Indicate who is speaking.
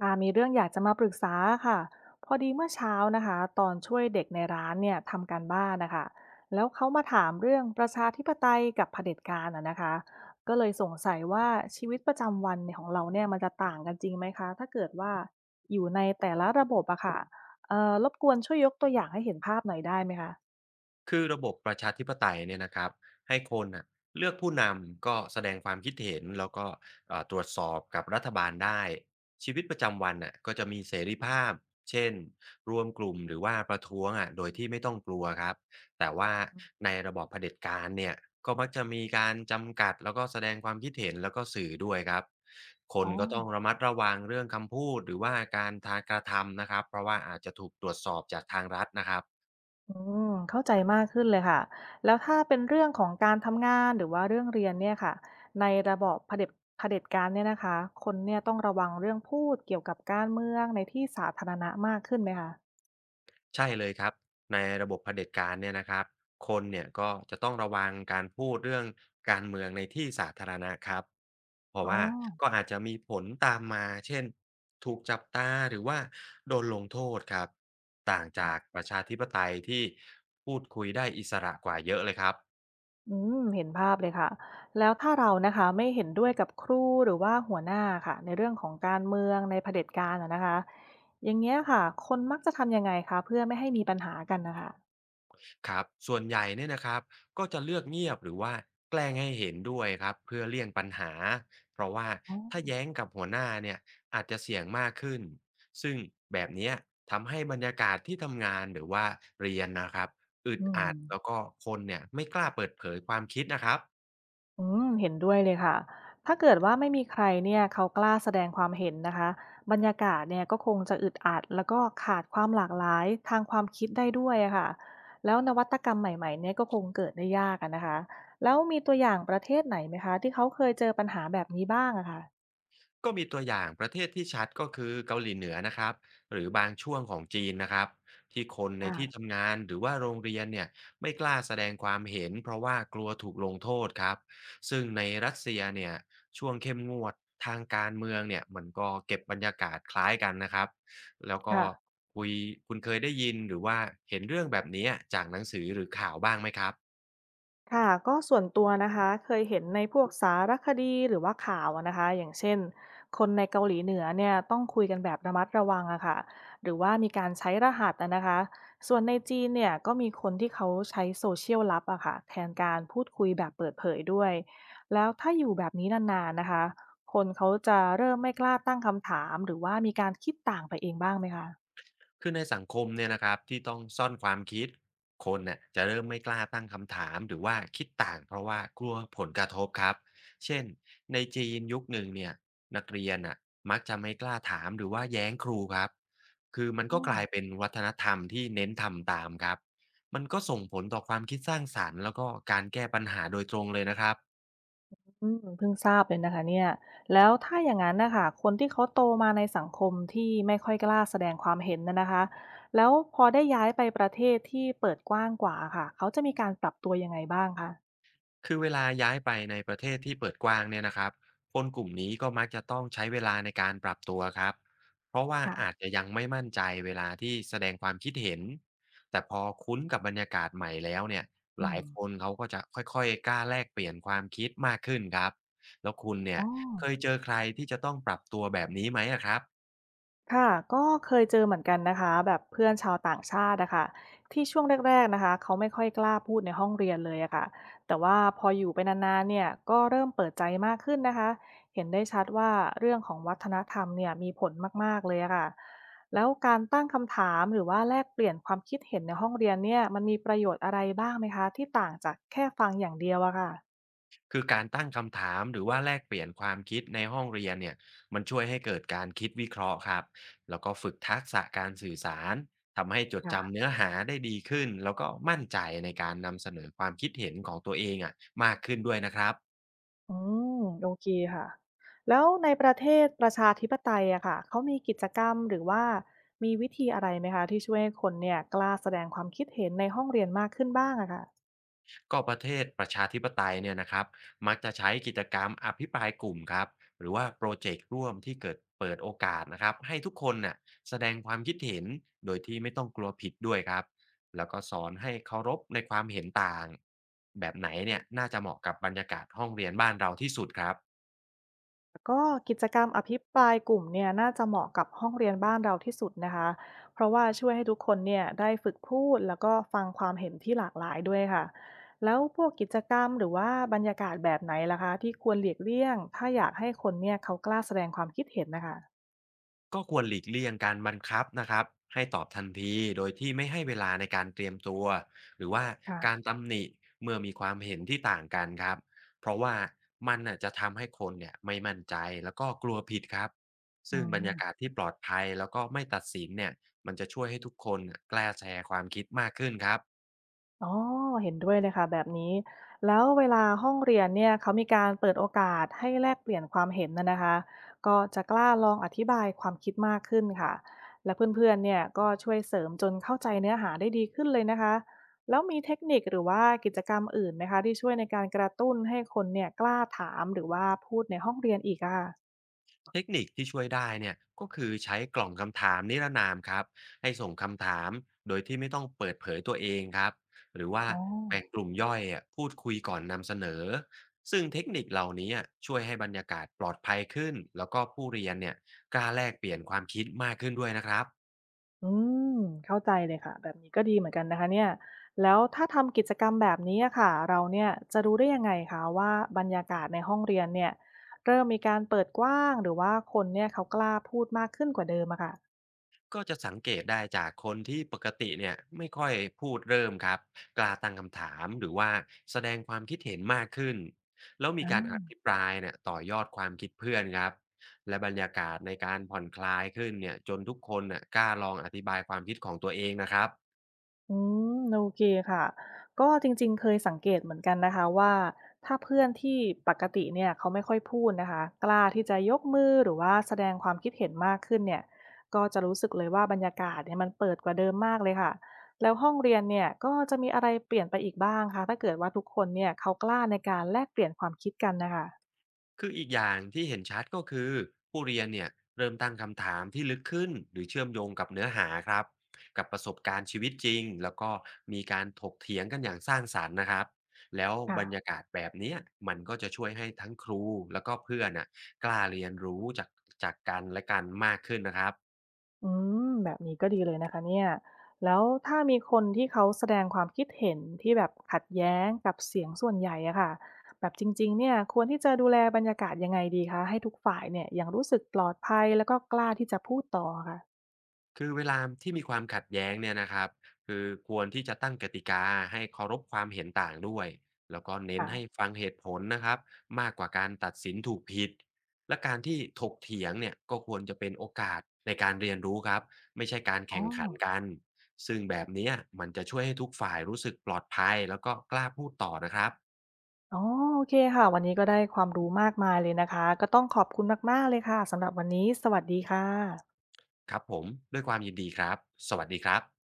Speaker 1: ค่ะมีเรื่องอยากจะมาปรึกษาค่ะพอดีเมื่อเช้านะคะตอนช่วยเด็กในร้านเนี่ยทำการบ้านนะคะแล้วเขามาถามเรื่องประชาธิปไตยกับเผด็จการอะนะคะก็เลยสงสัยว่าชีวิตประจำวันของเราเนี่ยมันจะต่างกันจริงไหมคะถ้าเกิดว่าอยู่ในแต่ละระบบอะค่ะรบกวนช่วยยกตัวอย่างให้เห็นภาพหน่อยได้ไหมคะ
Speaker 2: คือระบบประชาธิปไตยเนี่ยนะครับให้คนน่ะเลือกผู้นำก็แสดงความคิดเห็นแล้วก็ตรวจสอบกับรัฐบาลได้ชีวิตประจำวันน่ะก็จะมีเสรีภาพเช่นรวมกลุ่มหรือว่าประท้วงอ่ะโดยที่ไม่ต้องกลัวครับแต่ว่าในระบอบเผด็จการเนี่ยก็มักจะมีการจำกัดแล้วก็แสดงความคิดเห็นแล้วก็สื่อด้วยครับค
Speaker 1: อ๋
Speaker 2: น
Speaker 1: อ
Speaker 2: ก็ต้องระมัดระวังเรื่องคำพูดหรือว่าการทางกระทำนะครับเพราะว่าอาจจะถูกตรวจสอบจากทางรัฐนะครับ
Speaker 1: อืมเข้าใจมากขึ้นเลยค่ะแล้วถ้าเป็นเรื่องของการทำงานหรือว่าเรื่องเรียนเนี่ยค่ะในระบอบเผด็จการเนี่ยนะคะคนเนี่ยต้องระวังเรื่องพูดเกี่ยวกับการเมืองในที่สาธารณะมากขึ้นไหมคะ
Speaker 2: ใช่เลยครับในระบบเผด็จการเนี่ยนะครับคนเนี่ยก็จะต้องระวังการพูดเรื่องการเมืองในที่สาธารณะครับเพราะ
Speaker 1: อ๋อ
Speaker 2: ว่าก็อาจจะมีผลตามมาเช่นถูกจับตาหรือว่าโดนลงโทษครับต่างจาก
Speaker 1: ค่ะ
Speaker 2: ประชาธิปไตยที่พูดคุยได้อิสระกว่าเยอะเลยครับ
Speaker 1: อืมเห็นภาพเลยค่ะแล้วถ้าเรานะคะไม่เห็นด้วยกับครูหรือว่าหัวหน้าค่ะในเรื่องของการเมืองในเผด็จการอะนะคะอย่างเงี้ยค่ะคนมักจะทำยังไงคะเพื่อไม่ให้มีปัญหากันนะคะ
Speaker 2: ครับส่วนใหญ่เนี่ยนะครับก็จะเลือกเงียบหรือว่าแกล้งให้เห็นด้วยครับเพื่อเลี่ยงปัญหาเพราะว่า
Speaker 1: อ๋
Speaker 2: ถ้า
Speaker 1: อ
Speaker 2: แย้งกับหัวหน้าเนี่ยอาจจะเสี่ยงมากขึ้นซึ่งแบบเนี้ยทำให้บรรยากาศที่ทำงานหรือว่าเรียนนะครับอึด
Speaker 1: อืม
Speaker 2: อัดแล้วก็คนเนี่ยไม่กล้าเปิดเผยความคิดนะครับ
Speaker 1: อืมเห็นด้วยเลยค่ะถ้าเกิดว่าไม่มีใครเนี่ยเขากล้าแสดงความเห็นนะคะบรรยากาศเนี่ยก็คงจะอึดอัดแล้วก็ขาดความหลากหลายทางความคิดได้ด้วยอะค่ะแล้วนวัตกรรมใหม่ๆเนี่ยก็คงเกิดได้ยากอะนะคะแล้วมีตัวอย่างประเทศไหนไหมคะที่เขาเคยเจอปัญหาแบบนี้บ้างอะค่ะ
Speaker 2: ก็มีตัวอย่างประเทศที่ชัดก็คือเกาหลีเหนือนะครับหรือบางช่วงของจีนนะครับที่คนในที่
Speaker 1: ค่ะ
Speaker 2: ทำงานหรือว่าโรงเรียนเนี่ยไม่กล้าแสดงความเห็นเพราะว่ากลัวถูกลงโทษครับซึ่งในรัสเซียเนี่ยช่วงเข้มงวดทางการเมืองเนี่ยมันก็เก็บบรรยากาศคล้ายกันนะครับแล้วก็
Speaker 1: ค่ะ
Speaker 2: คุยคุณเคยได้ยินหรือว่าเห็นเรื่องแบบนี้จากหนังสือหรือข่าวบ้างไหมครับ
Speaker 1: ค่ะก็ส่วนตัวนะคะเคยเห็นในพวกสารคดีหรือว่าข่าวอะนะคะอย่างเช่นคนในเกาหลีเหนือเนี่ยต้องคุยกันแบบระมัดระวังอะค่ะหรือว่ามีการใช้รหัสอะนะคะส่วนในจีนเนี่ยก็มีคนที่เขาใช้โซเชียลลับอะค่ะแทนการพูดคุยแบบเปิดเผยด้วยแล้วถ้าอยู่แบบนี้นานๆนะคะคนเขาจะเริ่มไม่กล้าตั้งคำถามหรือว่ามีการคิดต่างไปเองบ้างไหมคะ
Speaker 2: คือในสังคมเนี่ยนะครับที่ต้องซ่อนความคิดคนเนี่ยจะเริ่มไม่กล้าตั้งคำถามหรือว่าคิดต่างเพราะว่ากลัวผลกระทบครับเช่นในจีนยุคหนึ่งเนี่ยนักเรียนอ่ะมักจะไม่กล้าถามหรือว่าแย้งครูครับคือมัน
Speaker 1: อ๋อ
Speaker 2: ก็กลายเป็นวัฒนธรรมที่เน้นทำตามครับมันก็ส่งผลต่อความคิดสร้างสรรค์แล้วก็การแก้ปัญหาโดยตรงเลยนะครับ
Speaker 1: อืมเพิ่งทราบเลยนะคะเนี่ยแล้วถ้าอย่างนั้นนะคะคนที่เขาโตมาในสังคมที่ไม่ค่อยกล้าแสดงความเห็นน่ะนะคะแล้วพอได้ย้ายไปประเทศที่เปิดกว้างกว่าค่ะเขาจะมีการปรับตัวยังไงบ้างคะ
Speaker 2: คือเวลาย้ายไปในประเทศที่เปิดกว้างเนี่ยนะครับคนกลุ่มนี้ก็มักจะต้องใช้เวลาในการปรับตัวครับเพราะว่าอาจ
Speaker 1: ค่ะ
Speaker 2: จะยังไม่มั่นใจเวลาที่แสดงความคิดเห็นแต่พอคุ้นกับบรรยากาศใหม่แล้วเนี่ย
Speaker 1: อื
Speaker 2: หลา
Speaker 1: ม
Speaker 2: ยคนเขาก็จะค่อยๆกล้าแลกเปลี่ยนความคิดมากขึ้นครับแล้วคุณเนี่
Speaker 1: อ๋อ
Speaker 2: ยเคยเจอใครที่จะต้องปรับตัวแบบนี้ไหมอะครับ
Speaker 1: ค่ะก็เคยเจอเหมือนกันนะคะแบบเพื่อนชาวต่างชาติอะค่ะที่ช่วงแรกๆนะคะเขาไม่ค่อยกล้าพูดในห้องเรียนเลยอะค่ะแต่ว่าพออยู่ไปนานๆเนี่ยก็เริ่มเปิดใจมากขึ้นนะคะเห็นได้ชัดว่าเรื่องของวัฒนธรรมเนี่ยมีผลมากๆเลยอะค่ะแล้วการตั้งคำถามหรือว่าแลกเปลี่ยนความคิดเห็นในห้องเรียนเนี่ยมันมีประโยชน์อะไรบ้างไหมคะที่ต่างจากแค่ฟังอย่างเดียวอะ
Speaker 2: คือการตั้งคำถามหรือว่าแลกเปลี่ยนความคิดในห้องเรียนเนี่ยมันช่วยให้เกิดการคิดวิเคราะห์ครับแล้วก็ฝึกทักษะการสื่อสารทำให้จด
Speaker 1: ค่ะ
Speaker 2: จำเนื้อหาได้ดีขึ้นแล้วก็มั่นใจในการนำเสนอความคิดเห็นของตัวเองอ่ะมากขึ้นด้วยนะครับ
Speaker 1: อืมโอเคค่ะแล้วในประเทศประชาธิปไตยอะค่ะเขามีกิจกรรมหรือว่ามีวิธีอะไรไหมคะที่ช่วยให้คนเนี่ยกล้าแสดงความคิดเห็นในห้องเรียนมากขึ้นบ้างอะค่ะ
Speaker 2: ก็ประเทศประชาธิปไตยเนี่ยนะครับมักจะใช้กิจกรรมอภิปรายกลุ่มครับหรือว่าโปรเจกต์ร่วมที่เกิดเปิดโอกาสนะครับให้ทุกคนน่ะแสดงความคิดเห็นโดยที่ไม่ต้องกลัวผิดด้วยครับแล้วก็สอนให้เคารพในความเห็นต่างแบบไหนเนี่ยน่าจะเหมาะกับบรรยากาศห้องเรียนบ้านเราที่สุดครับ
Speaker 1: ก็กิจกรรมอภิปรายกลุ่มเนี่ยน่าจะเหมาะกับห้องเรียนบ้านเราที่สุดนะคะเพราะว่าช่วยให้ทุกคนเนี่ยได้ฝึกพูดแล้วก็ฟังความเห็นที่หลากหลายด้วยค่ะแล้วพวกกิจกรรมหรือว่าบรรยากาศแบบไหนล่ะคะที่ควรหลีกเลี่ยงถ้าอยากให้คนเนี่ยเขากล้าแสดงความคิดเห็นนะคะ
Speaker 2: ก็ควรหลีกเลี่ยงการบังคับนะครับให้ตอบทันทีโดยที่ไม่ให้เวลาในการเตรียมตัวหรือว่า
Speaker 1: ค่ะ
Speaker 2: การตำหนิเมื่อมีความเห็นที่ต่างกันครับเพราะว่ามันน่ะจะทำให้คนเนี่ยไม่มั่นใจแล้วก็กลัวผิดครับ
Speaker 1: อื
Speaker 2: ซึ่งบรรยากาศ
Speaker 1: ม
Speaker 2: ที่ปลอดภัยแล้วก็ไม่ตัดสินเนี่ยมันจะช่วยให้ทุกคนน่ะกล้าแชร์ความคิดมากขึ้นครับ
Speaker 1: อ๋อเห็นด้วยเลยค่ะแบบนี้แล้วเวลาห้องเรียนเนี่ยเขามีการเปิดโอกาสให้แลกเปลี่ยนความเห็นนะนะคะก็จะกล้าลองอธิบายความคิดมากขึ้นค่ะและเพื่อนๆเนี่ยก็ช่วยเสริมจนเข้าใจเนื้อหาได้ดีขึ้นเลยนะคะแล้วมีเทคนิคหรือว่ากิจกรรมอื่นไหมคะที่ช่วยในการกระตุ้นให้คนเนี่ยกล้าถามหรือว่าพูดในห้องเรียนอีกอะค่ะ
Speaker 2: เทคนิคที่ช่วยได้เนี่ยก็คือใช้กล่องคำถามนิรนามครับให้ส่งคำถามโดยที่ไม่ต้องเปิดเผยตัวเองครับหรือว่า
Speaker 1: อ๋อ
Speaker 2: แบ่งกลุ่มย่อยอะพูดคุยก่อนนำเสนอซึ่งเทคนิคเหล่านี้อะช่วยให้บรรยากาศปลอดภัยขึ้นแล้วก็ผู้เรียนเนี่ยกล้าแลกเปลี่ยนความคิดมากขึ้นด้วยนะครับ
Speaker 1: อืมเข้าใจเลยค่ะแบบนี้ก็ดีเหมือนกันนะคะเนี่ยแล้วถ้าทำกิจกรรมแบบนี้อะค่ะเราเนี่ยจะรู้ได้ยังไงคะว่าบรรยากาศในห้องเรียนเนี่ยเริ่มมีการเปิดกว้างหรือว่าคนเนี่ยเขากล้าพูดมากขึ้นกว่าเดิมอะค่ะ
Speaker 2: ก็จะสังเกตได้จากคนที่ปกติเนี่ยไม่ค่อยพูดเริ่มครับกล้าตั้งคำถามหรือว่าแสดงความคิดเห็นมากขึ้นแล้วมีการอ
Speaker 1: อา
Speaker 2: ภิปรายเนี่ยต่อยอดความคิดเพื่อนครับและบรรยากาศในการผ่อนคลายขึ้นเนี่ยจนทุกคนน่ะกล้าลองอธิบายความคิดของตัวเองนะครับ
Speaker 1: อืมโอเคค่ะก็จริงๆเคยสังเกตเหมือนกันนะคะว่าถ้าเพื่อนที่ปกติเนี่ยเขาไม่ค่อยพูดนะคะกล้าที่จะยกมือหรือว่าแสดงความคิดเห็นมากขึ้นเนี่ยก็จะรู้สึกเลยว่าบรรยากาศเนี่ยมันเปิดกว่าเดิมมากเลยค่ะแล้วห้องเรียนเนี่ยก็จะมีอะไรเปลี่ยนไปอีกบ้างคะถ้าเกิดว่าทุกคนเนี่ยเขากล้าในการแลกเปลี่ยนความคิดกันนะคะ
Speaker 2: คืออีกอย่างที่เห็นชัดก็คือผู้เรียนเนี่ยเริ่มตั้งคำถามที่ลึกขึ้นหรือเชื่อมโยงกับเนื้อหาครับกับประสบการณ์ชีวิตจริงแล้วก็มีการถกเถียงกันอย่างสร้างสรรค์นะครับแล้วบรร
Speaker 1: ค่ะ
Speaker 2: ยากาศแบบเนี้ยมันก็จะช่วยให้ทั้งครูแล้วก็เพื่อนน่ะกล้าเรียนรู้จากกันและกันมากขึ้นนะครับ
Speaker 1: อืมแบบนี้ก็ดีเลยนะคะเนี่ยแล้วถ้ามีคนที่เขาแสดงความคิดเห็นที่แบบขัดแย้งกับเสียงส่วนใหญ่อะค่ะแบบจริงๆเนี่ยควรที่จะดูแลบรรยากาศยังไงดีคะให้ทุกฝ่ายเนี่ยยังรู้สึกปลอดภัยแล้วก็กล้าที่จะพูดต่อค่ะ
Speaker 2: คือเวลาที่มีความขัดแย้งเนี่ยนะครับคือควรที่จะตั้งกติกาให้เคารพความเห็นต่างด้วยแล้วก็เน้น
Speaker 1: ค่ะ
Speaker 2: ให้ฟังเหตุผลนะครับมากกว่าการตัดสินถูกผิดและการที่ถกเถียงเนี่ยก็ควรจะเป็นโอกาสในการเรียนรู้ครับไม่ใช่การ
Speaker 1: อ๋อ
Speaker 2: แข่งขันกันซึ่งแบบเนี้ยมันจะช่วยให้ทุกฝ่ายรู้สึกปลอดภัยแล้วก็กล้าพูดต่อนะครับ
Speaker 1: อ๋อโอเคค่ะวันนี้ก็ได้ความรู้มากมายเลยนะคะก็ต้องขอบคุณมากๆเลยค่ะสำหรับวันนี้สวัสดีค่ะ
Speaker 2: ครับผมด้วยความยินดีครับสวัสดีครับ